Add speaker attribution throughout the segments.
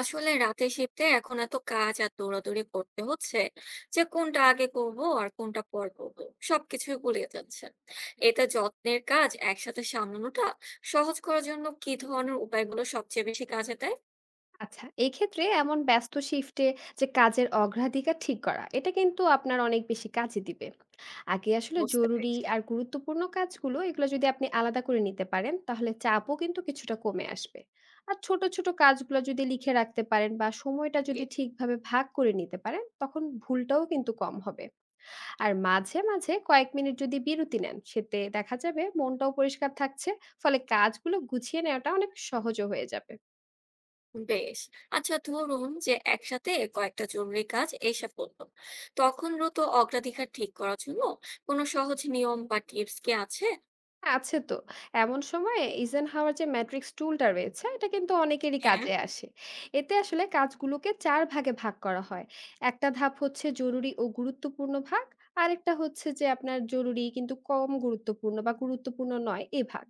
Speaker 1: আসলে রাতে শিফটে এখন এত কাজ আর দৌড়াদৌড়ি করতে হচ্ছে যে কোনটা আগে করব আর কোনটা পর করব সবকিছুই গুলিয়ে যাচ্ছে। এতে যত্নের কাজ একসাথে সামলানোটা সহজ করার জন্য কি ধরনের উপায়গুলো সবচেয়ে বেশি কাজে দেয়?
Speaker 2: আচ্ছা, এই ক্ষেত্রে এমন ব্যস্ত শিফটে যে কাজের অগ্রাধিকার ঠিক করা, এটা কিন্তু আপনার অনেক বেশি কাজে দিবে। আগে আসলে
Speaker 1: বুঝতে
Speaker 2: জরুরি
Speaker 1: পেরেছি।
Speaker 2: আর গুরুত্বপূর্ণ কাজগুলো এগুলো যদি আপনি আলাদা করে নিতে পারেন, তাহলে চাপও কিন্তু কিছুটা কমে আসবে। আর ছোট, ছোট কাজগুলো যদি লিখে রাখতে পারেন বা সময়টা
Speaker 1: জি।
Speaker 2: যদি ঠিকভাবে ভাগ করে নিতে পারেন, তখন ভুলটাও কিন্তু কম হবে। আর মাঝে, মাঝে কয়েক মিনিট যদি বিরতি নেন, সেতে দেখা যাবে মনটাও পরিষ্কার থাকছে। ফলে কাজগুলো গুছিয়ে নেওয়াটা অনেক সহজও হয়ে যাবে।
Speaker 1: বেশ। আচ্ছা, ধরুন যে একসাথে কয়েকটা জরুরি কাজ এসে পড়লো, তখন দ্রুত অগ্রাধিকার ঠিক করার জন্য কোনো সহজ নিয়ম বা টিপস কি আছে?
Speaker 2: হ্যাঁ, আছে তো। এমন সময়ে Eisenhower যে ম্যাট্রিক্স টুলটা রয়েছে, এটা কিন্তু অনেকেরই
Speaker 1: হ্যাঁ।
Speaker 2: কাজে আসে। এতে আসলে কাজগুলোকে ৪ ভাগে ভাগ করা হয়। একটা ধাপ হচ্ছে জরুরি ও গুরুত্বপূর্ণ ভাগ, আরেকটা হচ্ছে যে আপনার জরুরি কিন্তু কম গুরুত্বপূর্ণ বা গুরুত্বপূর্ণ নয় এ ভাগ।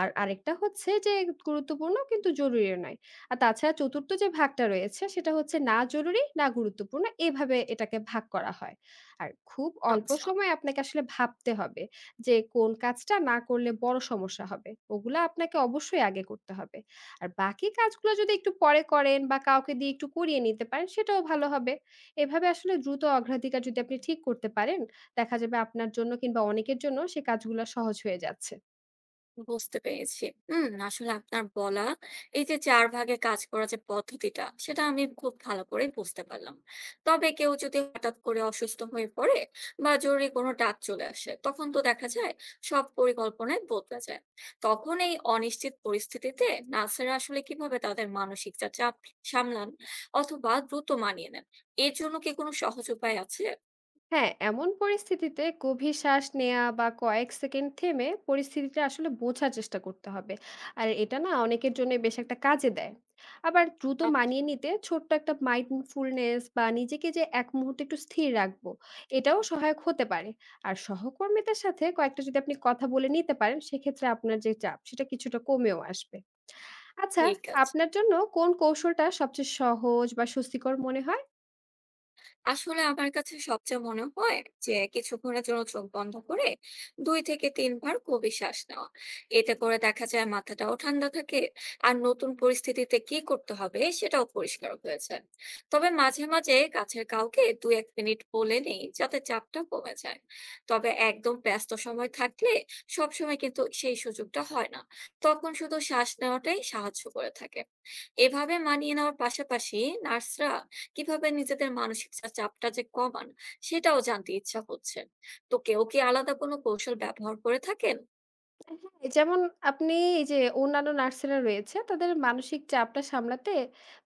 Speaker 2: আর আরেকটা হচ্ছে যে গুরুত্বপূর্ণ কিন্তু জরুরিও নয়। আর তাছাড়া ৪র্থ যে ভাগটা রয়েছে সেটা হচ্ছে না জরুরি, না গুরুত্বপূর্ণ এভাবে এটাকে ভাগ করা হয়। আর খুব অল্প
Speaker 1: আচ্ছা।
Speaker 2: সময়ে আপনাকে আসলে ভাবতে হবে যে কোন কাজটা না করলে বড় সমস্যা হবে ওগুলা আপনাকে অবশ্যই আগে করতে হবে। আর বাকি কাজগুলো যদি একটু পরে করেন বা কাউকে দিয়ে একটু করিয়ে নিতে পারেন সেটাও ভালো হবে। এভাবে আসলে দ্রুত অগ্রাধিকার যদি আপনি ঠিক করতে পারেন দেখা যাবে আপনার জন্য কিংবা অনেকের জন্য সে কাজগুলো সহজ হয়ে যাচ্ছে।
Speaker 1: বুঝতে পেরেছি। হুম, আসলে আপনার বলা এই যে ৪ ভাগে কাজ করার যে পদ্ধতিটা, সেটা আমি খুব ভালো করে বুঝতে পারলাম। তবে কেউ যদি হঠাৎ করে অসুস্থ হয়ে পড়ে বা জরুরি কোনো ডাক চলে আসে, তখন তো দেখা যায় সব পরিকল্পনাই বদলে যায়। তখন এই অনিশ্চিত পরিস্থিতিতে নার্সেরা আসলে কিভাবে তাদের মানসিক যা চাপ সামলান অথবা দ্রুত মানিয়ে নেন? এর জন্য কি কোনো সহজ উপায় আছে?
Speaker 2: হ্যাঁ, এমন পরিস্থিতিতে গভীর শ্বাস নেয়া বা কয়েক সেকেন্ড থেমে পরিস্থিতিটা আসলে বোঝার চেষ্টা করতে হবে। আর এটা না অনেকের জন্য বেশ একটা কাজে দেয়। আবার দ্রুত
Speaker 1: আচ্ছা,
Speaker 2: মানিয়ে নিতে ছোট্ট একটা মাইন্ডফুলনেস বা নিজেকে যে এক মুহূর্তে একটু স্থির রাখবো, এটাও সহায়ক হতে পারে। আর সহকর্মীদের সাথে কয়েকটা যদি আপনি কথা বলে নিতে পারেন, সেক্ষেত্রে আপনার যে চাপ সেটা কিছুটা কমেও আসবে। আচ্ছা,
Speaker 1: ঠিক আছে।
Speaker 2: আপনার জন্য কোন কৌশলটা সবচেয়ে সহজ বা স্বস্তিকর মনে হয়?
Speaker 1: আসলে আমার কাছে সবচেয়ে মনে হয় যে কিছুক্ষণের জন্য চোখ বন্ধ করে দুই থেকে তিনবার গভীর শ্বাস নেওয়া, এতে করে দেখা যায় মাথাটাও ঠান্ডা থাকে আর নতুন পরিস্থিতিতে কি করতে হবে সেটাও পরিষ্কার হয়েছে। তবে মাঝে মাঝে কাছের কাউকে ১-২ মিনিট বলে নেই যাতে চাপটা কমে যায়। তবে একদম ব্যস্ত সময় থাকলে সবসময় কিন্তু সেই সুযোগটা হয় না, তখন শুধু শ্বাস নেওয়াটাই সাহায্য করে থাকে। এভাবে মানিয়ে নেওয়ার পাশাপাশি নার্সরা কিভাবে নিজেদের মানসিক চাপটা যে কমান সেটাও জানতে ইচ্ছা হচ্ছে। তো কেউ কি আলাদা কোনো কৌশল ব্যবহার করে থাকেন?
Speaker 2: হ্যাঁ, যেমন আপনি এই যে অন্যান্য নার্সেরা রয়েছে তাদের মানসিক চাপটা সামলাতে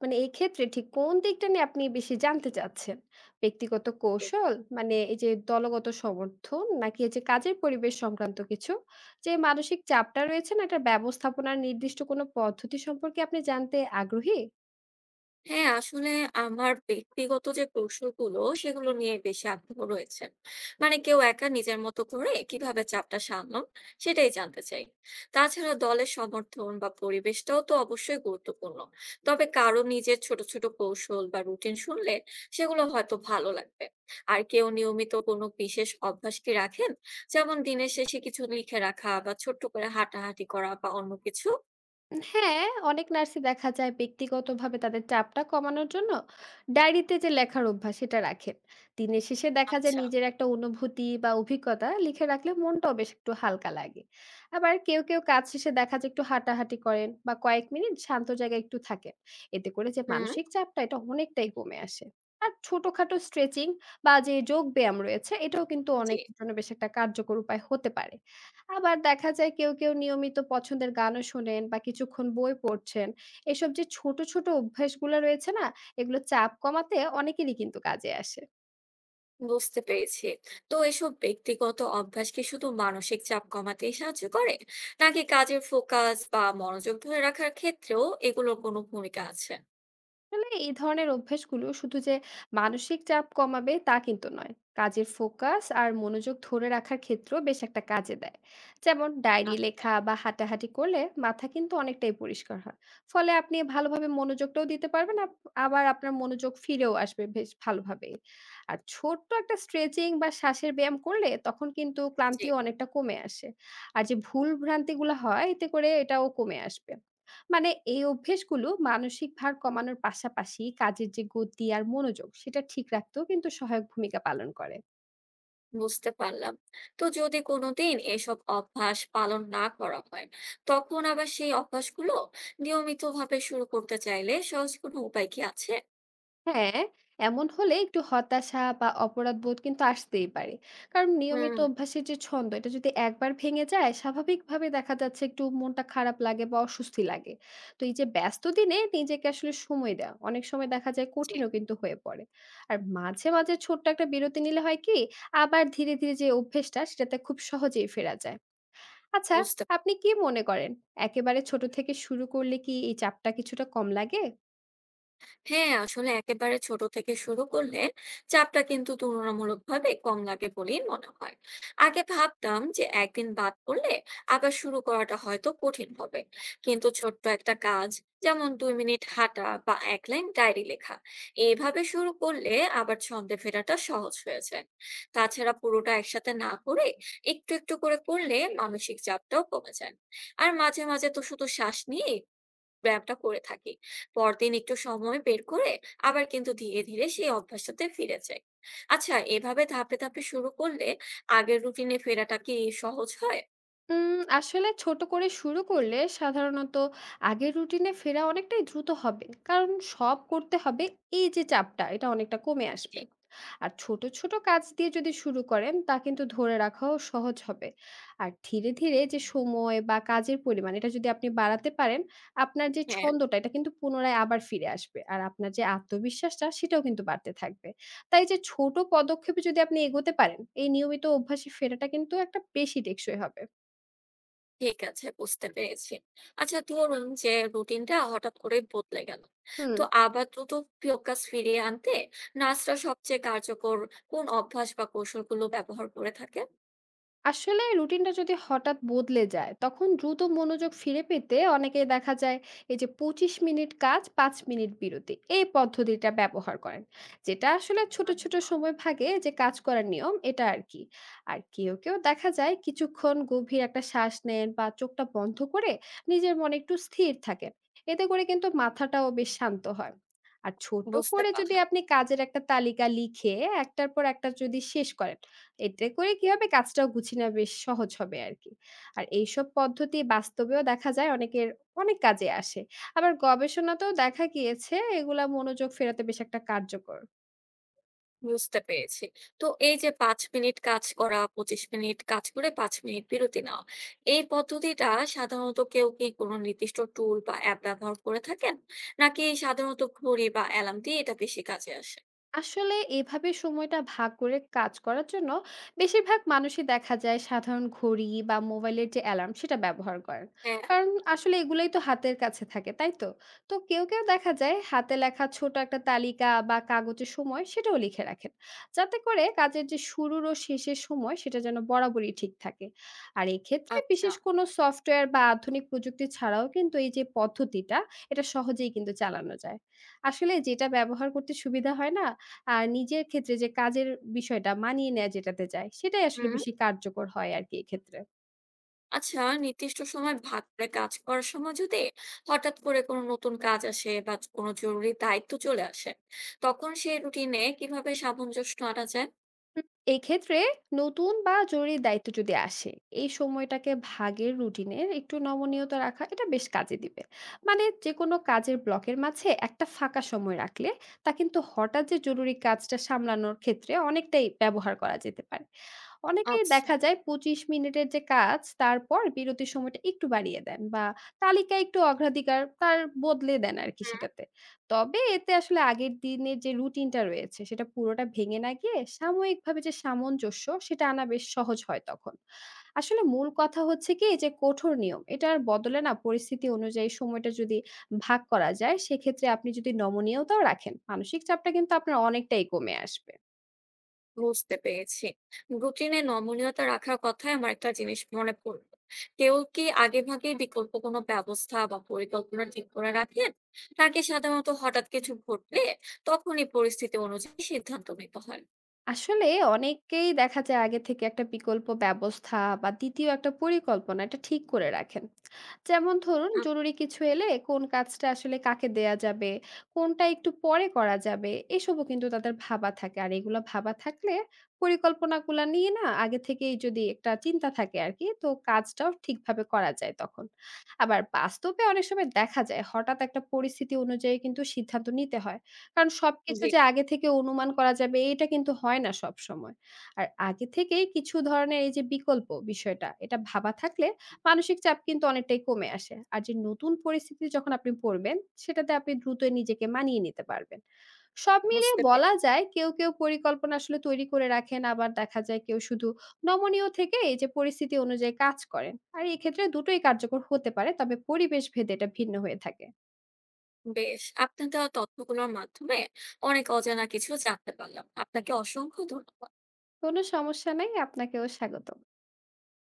Speaker 2: মানে এই ক্ষেত্রে ঠিক কোন দিকটা নিয়ে আপনি বেশি জানতে চাচ্ছেন? ব্যক্তিগত কৌশল মানে এই যে দলগত সমর্থন নাকি এই যে কাজের পরিবেশ সংক্রান্ত কিছু? যে মানসিক চাপটা রয়েছে না এটার ব্যবস্থাপনার নির্দিষ্ট কোনো পদ্ধতি সম্পর্কে আপনি জানতে আগ্রহী?
Speaker 1: হ্যাঁ, আসলে আমার ব্যক্তিগত যে কৌশলগুলো, সেগুলো নিয়ে বেশি আগ্রহ রয়েছে। মানে কেউ একা নিজের মতো করে কিভাবে চাপটা সামলান, সেটাই জানতে চাই। তাছাড়া দলের সমর্থন বা পরিবেশটাও তো অবশ্যই গুরুত্বপূর্ণ। তবে কারো নিজের ছোট, ছোট কৌশল বা রুটিন শুনলে সেগুলো হয়তো ভালো লাগবে। আর কেউ নিয়মিত কোনো বিশেষ অভ্যাস কি রাখেন? যেমন দিনের শেষে কিছু লিখে রাখা বা ছোট্ট করে হাঁটাহাঁটি করা বা অন্য কিছু?
Speaker 2: হ্যাঁ, অনেক নার্সই দেখা যায় ব্যক্তিগতভাবে তাদের চাপটা কমানোর জন্য ডায়েরিতে যে লেখার অভ্যাস সেটা রাখেন। দিনের শেষে দেখা যায়
Speaker 1: আচ্ছা।
Speaker 2: নিজের একটা অনুভূতি বা অভিজ্ঞতা লিখে রাখলে মনটাও বেশ একটু হালকা লাগে। আবার কেউ, কেউ কাজ শেষে দেখা যায় একটু হাঁটাহাঁটি করেন বা কয়েক মিনিট শান্ত জায়গায় একটু থাকেন। এতে করে যে
Speaker 1: হুম।
Speaker 2: মানসিক চাপটা এটা অনেকটাই কমে আসে। আর ছোটখাটো স্ট্রেচিং বা যে যোগ ব্যায়াম রয়েছে এটাও কিন্তু
Speaker 1: জি।
Speaker 2: অনেকের জন্য বেশ একটা কার্যকর উপায় হতে পারে। আবার দেখা যায় কেউ, কেউ নিয়মিত পছন্দের গানও শোনেন বা কিছুক্ষণ বই পড়ছেন। এসব যে ছোট, ছোট অভ্যাসগুলা রয়েছে না? এগুলো চাপ কমাতে অনেকেরই কিন্তু কাজে আসে।
Speaker 1: বুঝতে পেরেছি। তো এসব ব্যক্তিগত অভ্যাস কি শুধু মানসিক চাপ কমাতেই সাহায্য করে নাকি কাজের ফোকাস বা মনোযোগ ধরে রাখার ক্ষেত্রেও এগুলোর কোনো ভূমিকা আছে?
Speaker 2: আসলে এই ধরনের অভ্যাসগুলো শুধু যে মানসিক চাপ কমাবে তা কিন্তু নয়, কাজের ফোকাস আর মনোযোগ ধরে রাখার ক্ষেত্রেও বেশ একটা কাজে দেয়। যেমন ডায়েরি
Speaker 1: আচ্ছা।
Speaker 2: লেখা বা হাঁটাহাঁটি করলে মাথা কিন্তু অনেকটাই পরিষ্কার হয়, ফলে আপনি ভালোভাবে মনোযোগটাও দিতে পারবেন। আবার আপনার মনোযোগ ফিরেও আসবে বেশ ভালোভাবে। আর ছোট্ট একটা স্ট্রেচিং বা শ্বাসের ব্যায়াম করলে তখন কিন্তু
Speaker 1: জি।
Speaker 2: ক্লান্তিও অনেকটা কমে আসে। আর যে ভুল ভ্রান্তিগুলো হয় এতে করে এটাও কমে আসবে। মানে এই অভ্যেসগুলো মানসিক ভার কমানোর পাশাপাশি কাজের যে গতি আর মনোযোগ সেটা ঠিক রাখতেও কিন্তু সহায়ক ভূমিকা পালন করে।
Speaker 1: বুঝতে পারলাম। তো যদি কোনোদিন এসব অভ্যাস পালন না করা হয়, তখন আবার সেই অভ্যাসগুলো নিয়মিতভাবে শুরু করতে চাইলে সহজ কোনো উপায় কি আছে?
Speaker 2: হ্যাঁ, এমন হলে একটু হতাশা বা অপরাধ বোধ কিন্তু আসতেই পারে, কারণ নিয়মিত
Speaker 1: হুম।
Speaker 2: অভ্যাসের যে ছন্দ এটা যদি একবার ভেঙে যায় স্বাভাবিকভাবে দেখা যাচ্ছে একটু মনটা খারাপ লাগে বা অস্বস্তি লাগে। তো এই যে ব্যস্ত দিনে নিজেকে আসলে সময় দেওয়া অনেক সময় দেখা যায়
Speaker 1: জি।
Speaker 2: কঠিনও কিন্তু হয়ে পড়ে। আর মাঝে মাঝে ছোট্ট একটা বিরতি নিলে হয় কি, আবার ধীরে ধীরে যে অভ্যেসটা সেটাতে খুব সহজেই ফেরা যায়। আচ্ছা,
Speaker 1: বুঝতে।
Speaker 2: আপনি কি মনে করেন একেবারে ছোট থেকে শুরু করলে কি এই চাপটা কিছুটা কম লাগে?
Speaker 1: হ্যাঁ, আসলে একেবারে ছোট থেকে শুরু করলে চাপটা কিন্তু তুলনামূলকভাবে কম লাগে বলেই মনে হয়। আগে ভাবতাম যে একদিন বাদ পড়লে আবার শুরু করাটা হয়তো কঠিন হবে, কিন্তু ছোট্ট একটা কাজ, যেমন ২ মিনিট হাঁটা বা এক লাইন ডায়েরি লেখা, এইভাবে শুরু করলে আবার ছন্দে ফেরাটা সহজ হয়েছে। তাছাড়া পুরোটা একসাথে না করে একটু একটু করে করলে মানসিক চাপটাও কমে যায়। আর মাঝে মাঝে তো শুধু শ্বাস নিয়ে ব্যায়ামটা করে থাকি। পরদিন একটু সময় বের করে আবার কিন্তু ধীরে, ধীরে সেই অভ্যাসটাতে ফিরে যাই। আচ্ছা, এভাবে ধাপে, ধাপে শুরু করলে আগের রুটিনে ফেরাটা কি সহজ হয়?
Speaker 2: আসলে ছোট করে শুরু করলে সাধারণত আগের রুটিনে ফেরা অনেকটাই দ্রুত হবে, কারণ সব করতে হবে এই যে চাপটা এটা অনেকটা কমে
Speaker 1: জি।
Speaker 2: আসবে। আর ছোট ছোট কাজ দিয়ে যদি শুরু করেন তা কিন্তু ধরে রাখাও সহজ হবে। আর ধীরে ধীরে যে সময় বা কাজের পরিমাণ এটা যদি আপনি বাড়াতে পারেন আপনার যে
Speaker 1: হ্যাঁ,
Speaker 2: ছন্দটা এটা কিন্তু পুনরায় আবার ফিরে আসবে, আর আপনার যে আত্মবিশ্বাসটা সেটাও কিন্তু বাড়তে থাকবে। তাই যে ছোট পদক্ষেপে যদি আপনি এগোতে পারেন এই নিয়মিত অভ্যাসে ফেরাটা কিন্তু একটা বেশি টেকসই হবে।
Speaker 1: ঠিক আছে, বুঝতে পেরেছি। আচ্ছা, ধরুন যে রুটিনটা হঠাৎ করে বদলে গেল।
Speaker 2: হুম,
Speaker 1: তো আবার দ্রুত ফোকাস ফিরিয়ে আনতে নার্সরা সবচেয়ে কার্যকর কোন অভ্যাস বা কৌশলগুলো ব্যবহার করে থাকে?
Speaker 2: আসলে রুটিনটা যদি হঠাৎ বদলে যায় তখন দ্রুত মনোযোগ ফিরে পেতে অনেকেই দেখা যায় এই যে ২৫ মিনিট কাজ ৫ মিনিট বিরতি এই পদ্ধতিটা ব্যবহার করেন, যেটা আসলে ছোট ছোট
Speaker 1: আচ্ছা,
Speaker 2: সময় ভাগে যে কাজ করার নিয়ম এটা আর কি। আর কেউ কেউ দেখা যায় কিছুক্ষণ গভীর একটা শ্বাস নেন বা চোখটা বন্ধ করে নিজের মনে একটু স্থির থাকেন, এতে করে কিন্তু মাথাটাও বেশ শান্ত হয়। আর ছোট
Speaker 1: বুঝতে
Speaker 2: করে যদি
Speaker 1: পারলাম।
Speaker 2: আপনি কাজের একটা তালিকা লিখে একটার পর একটা যদি শেষ করেন এতে করে কি হবে কাজটাও গুছিয়ে নেওয়া বেশ সহজ হবে আরকি। আর এইসব পদ্ধতি বাস্তবেও দেখা যায় অনেকের অনেক কাজে আসে। আবার গবেষণাতেও দেখা গিয়েছে এগুলা মনোযোগ ফেরাতে বেশ একটা কার্যকর।
Speaker 1: বুঝতে পেরেছি। তো এই যে ৫ মিনিট কাজ করা, ২৫ মিনিট কাজ করে ৫ মিনিট বিরতি নেওয়া। এই পদ্ধতিটা সাধারণত কেউ কি কোনো নির্দিষ্ট টুল বা অ্যাপ ব্যবহার করে থাকেন? নাকি সাধারণত ঘড়ি বা অ্যালার্ম দিয়ে এটা বেশি কাজে আসে?
Speaker 2: আসলে এভাবে সময়টা ভাগ করে কাজ করার জন্য বেশিরভাগ মানুষই দেখা যায় সাধারণ ঘড়ি বা মোবাইলের যে অ্যালার্ম সেটা ব্যবহার করেন,
Speaker 1: হ্যাঁ।
Speaker 2: কারণ আসলে এগুলোই তো হাতের কাছে থাকে তাই তো। তো কেউ কেউ দেখা যায় হাতে লেখা ছোট একটা তালিকা বা কাগজের সময় সেটাও লিখে রাখেন, যাতে করে কাজের যে শুরুর ও শেষের সময় সেটা যেন বরাবরই ঠিক থাকে। আর এক্ষেত্রে
Speaker 1: আচ্ছা।
Speaker 2: বিশেষ কোনো সফটওয়্যার বা আধুনিক প্রযুক্তি ছাড়াও কিন্তু এই যে পদ্ধতিটা এটা সহজেই কিন্তু চালানো যায়। আসলে যেটা ব্যবহার করতে সুবিধা হয় না আর নিজের ক্ষেত্রে যে কাজের বিষয়টা মানিয়ে নেয়া যেটাতে যায়, সেটাই আসলে
Speaker 1: হুম।
Speaker 2: বেশি কার্যকর হয় আরকি এক্ষেত্রে।
Speaker 1: আচ্ছা, নির্দিষ্ট সময় ভাগ করে কাজ করার সময় যদি হঠাৎ করে কোনো নতুন কাজ আসে বা কোনো জরুরি দায়িত্ব চলে আসে, তখন সেই রুটিনে কিভাবে সামঞ্জস্য আনা যায়?
Speaker 2: হুম, এক্ষেত্রে নতুন বা জরুরি দায়িত্ব যদি আসে এই সময়টাকে ভাগের রুটিনে একটু নমনীয়তা রাখা এটা বেশ কাজে দিবে। মানে যে কোনো কাজের ব্লকের মাঝে একটা ফাঁকা সময় রাখলে তা কিন্তু হঠাৎ যে জরুরি কাজটা সামলানোর ক্ষেত্রে অনেকটাই ব্যবহার করা যেতে পারে। অনেকেই
Speaker 1: আচ্ছা।
Speaker 2: দেখা যায় ২৫ মিনিটের যে কাজ তারপর বিরতির সময়টা একটু বাড়িয়ে দেন বা তালিকা একটু অগ্রাধিকার তার বদলে দেন আর কি
Speaker 1: হুম।
Speaker 2: সেটাতে। তবে এতে আসলে আগের দিনের যে রুটিনটা রয়েছে সেটা পুরোটা ভেঙে না গিয়ে সাময়িকভাবে যে সামঞ্জস্য সেটা আনা বেশ সহজ হয় তখন। আসলে মূল কথা হচ্ছে কি যে কঠোর নিয়ম এটার বদলে না পরিস্থিতি অনুযায়ী সময়টা যদি ভাগ করা যায় সেক্ষেত্রে আপনি যদি নমনীয়তাও রাখেন মানসিক চাপটা কিন্তু আপনার অনেকটাই কমে আসবে।
Speaker 1: বুঝতে পেরেছি। রুটিনে নমনীয়তা রাখার কথায় আমার একটা জিনিস মনে পড়ল। কেউ কি আগেভাগে বিকল্প কোনো ব্যবস্থা বা পরিকল্পনা ঠিক করে রাখেন? নাকি সাধারণত হঠাৎ কিছু ঘটলে তখনই পরিস্থিতি অনুযায়ী সিদ্ধান্ত নিতে হয়?
Speaker 2: আসলে অনেকেই দেখা যায় আগে থেকে একটা বিকল্প ব্যবস্থা বা দ্বিতীয় একটা পরিকল্পনা এটা ঠিক করে রাখেন। যেমন ধরুন
Speaker 1: আপ
Speaker 2: জরুরি কিছু এলে কোন কাজটা আসলে কাকে দেয়া যাবে, কোনটা একটু পরে করা যাবে এসবও কিন্তু তাদের ভাবা থাকে। আর এগুলো ভাবা থাকলে পরিকল্পনাগুলো নিয়ে না আগে থেকেই যদি একটা চিন্তা থাকে আর কি তো কাজটাও ঠিকভাবে করা যায় তখন। আবার বাস্তবে অনেক সময় দেখা যায় হঠাৎ একটা পরিস্থিতি অনুযায়ী কিন্তু সিদ্ধান্ত নিতে হয়, কারণ সবকিছু
Speaker 1: জি,
Speaker 2: যে আগে থেকে অনুমান করা যাবে এটা কিন্তু হয় না সবসময়। আর আগে থেকেই কিছু ধরনের এই যে বিকল্প বিষয়টা এটা ভাবা থাকলে মানসিক চাপ কিন্তু অনেকটাই কমে আসে। আর যে নতুন পরিস্থিতি যখন আপনি পড়বেন সেটাতে আপনি দ্রুতই নিজেকে মানিয়ে নিতে পারবেন। সব মিলিয়ে
Speaker 1: বুঝতে
Speaker 2: বলা
Speaker 1: পেরেছি।
Speaker 2: যায় কেউ, কেউ পরিকল্পনা আসলে তৈরি করে রাখেন আবার দেখা যায় কেউ শুধু নমনীয় থেকে এই যে পরিস্থিতি অনুযায়ী কাজ করেন। আর এক্ষেত্রে দুটোই কার্যকর হতে পারে তবে পরিবেশ ভেদে এটা ভিন্ন হয়ে থাকে।
Speaker 1: বেশ, আপনার দেওয়া তথ্যগুলোর মাধ্যমে অনেক অজানা কিছু জানতে পারলাম। আপনাকে অসংখ্য ধন্যবাদ।
Speaker 2: কোনো সমস্যা নাই, আপনাকেও স্বাগত।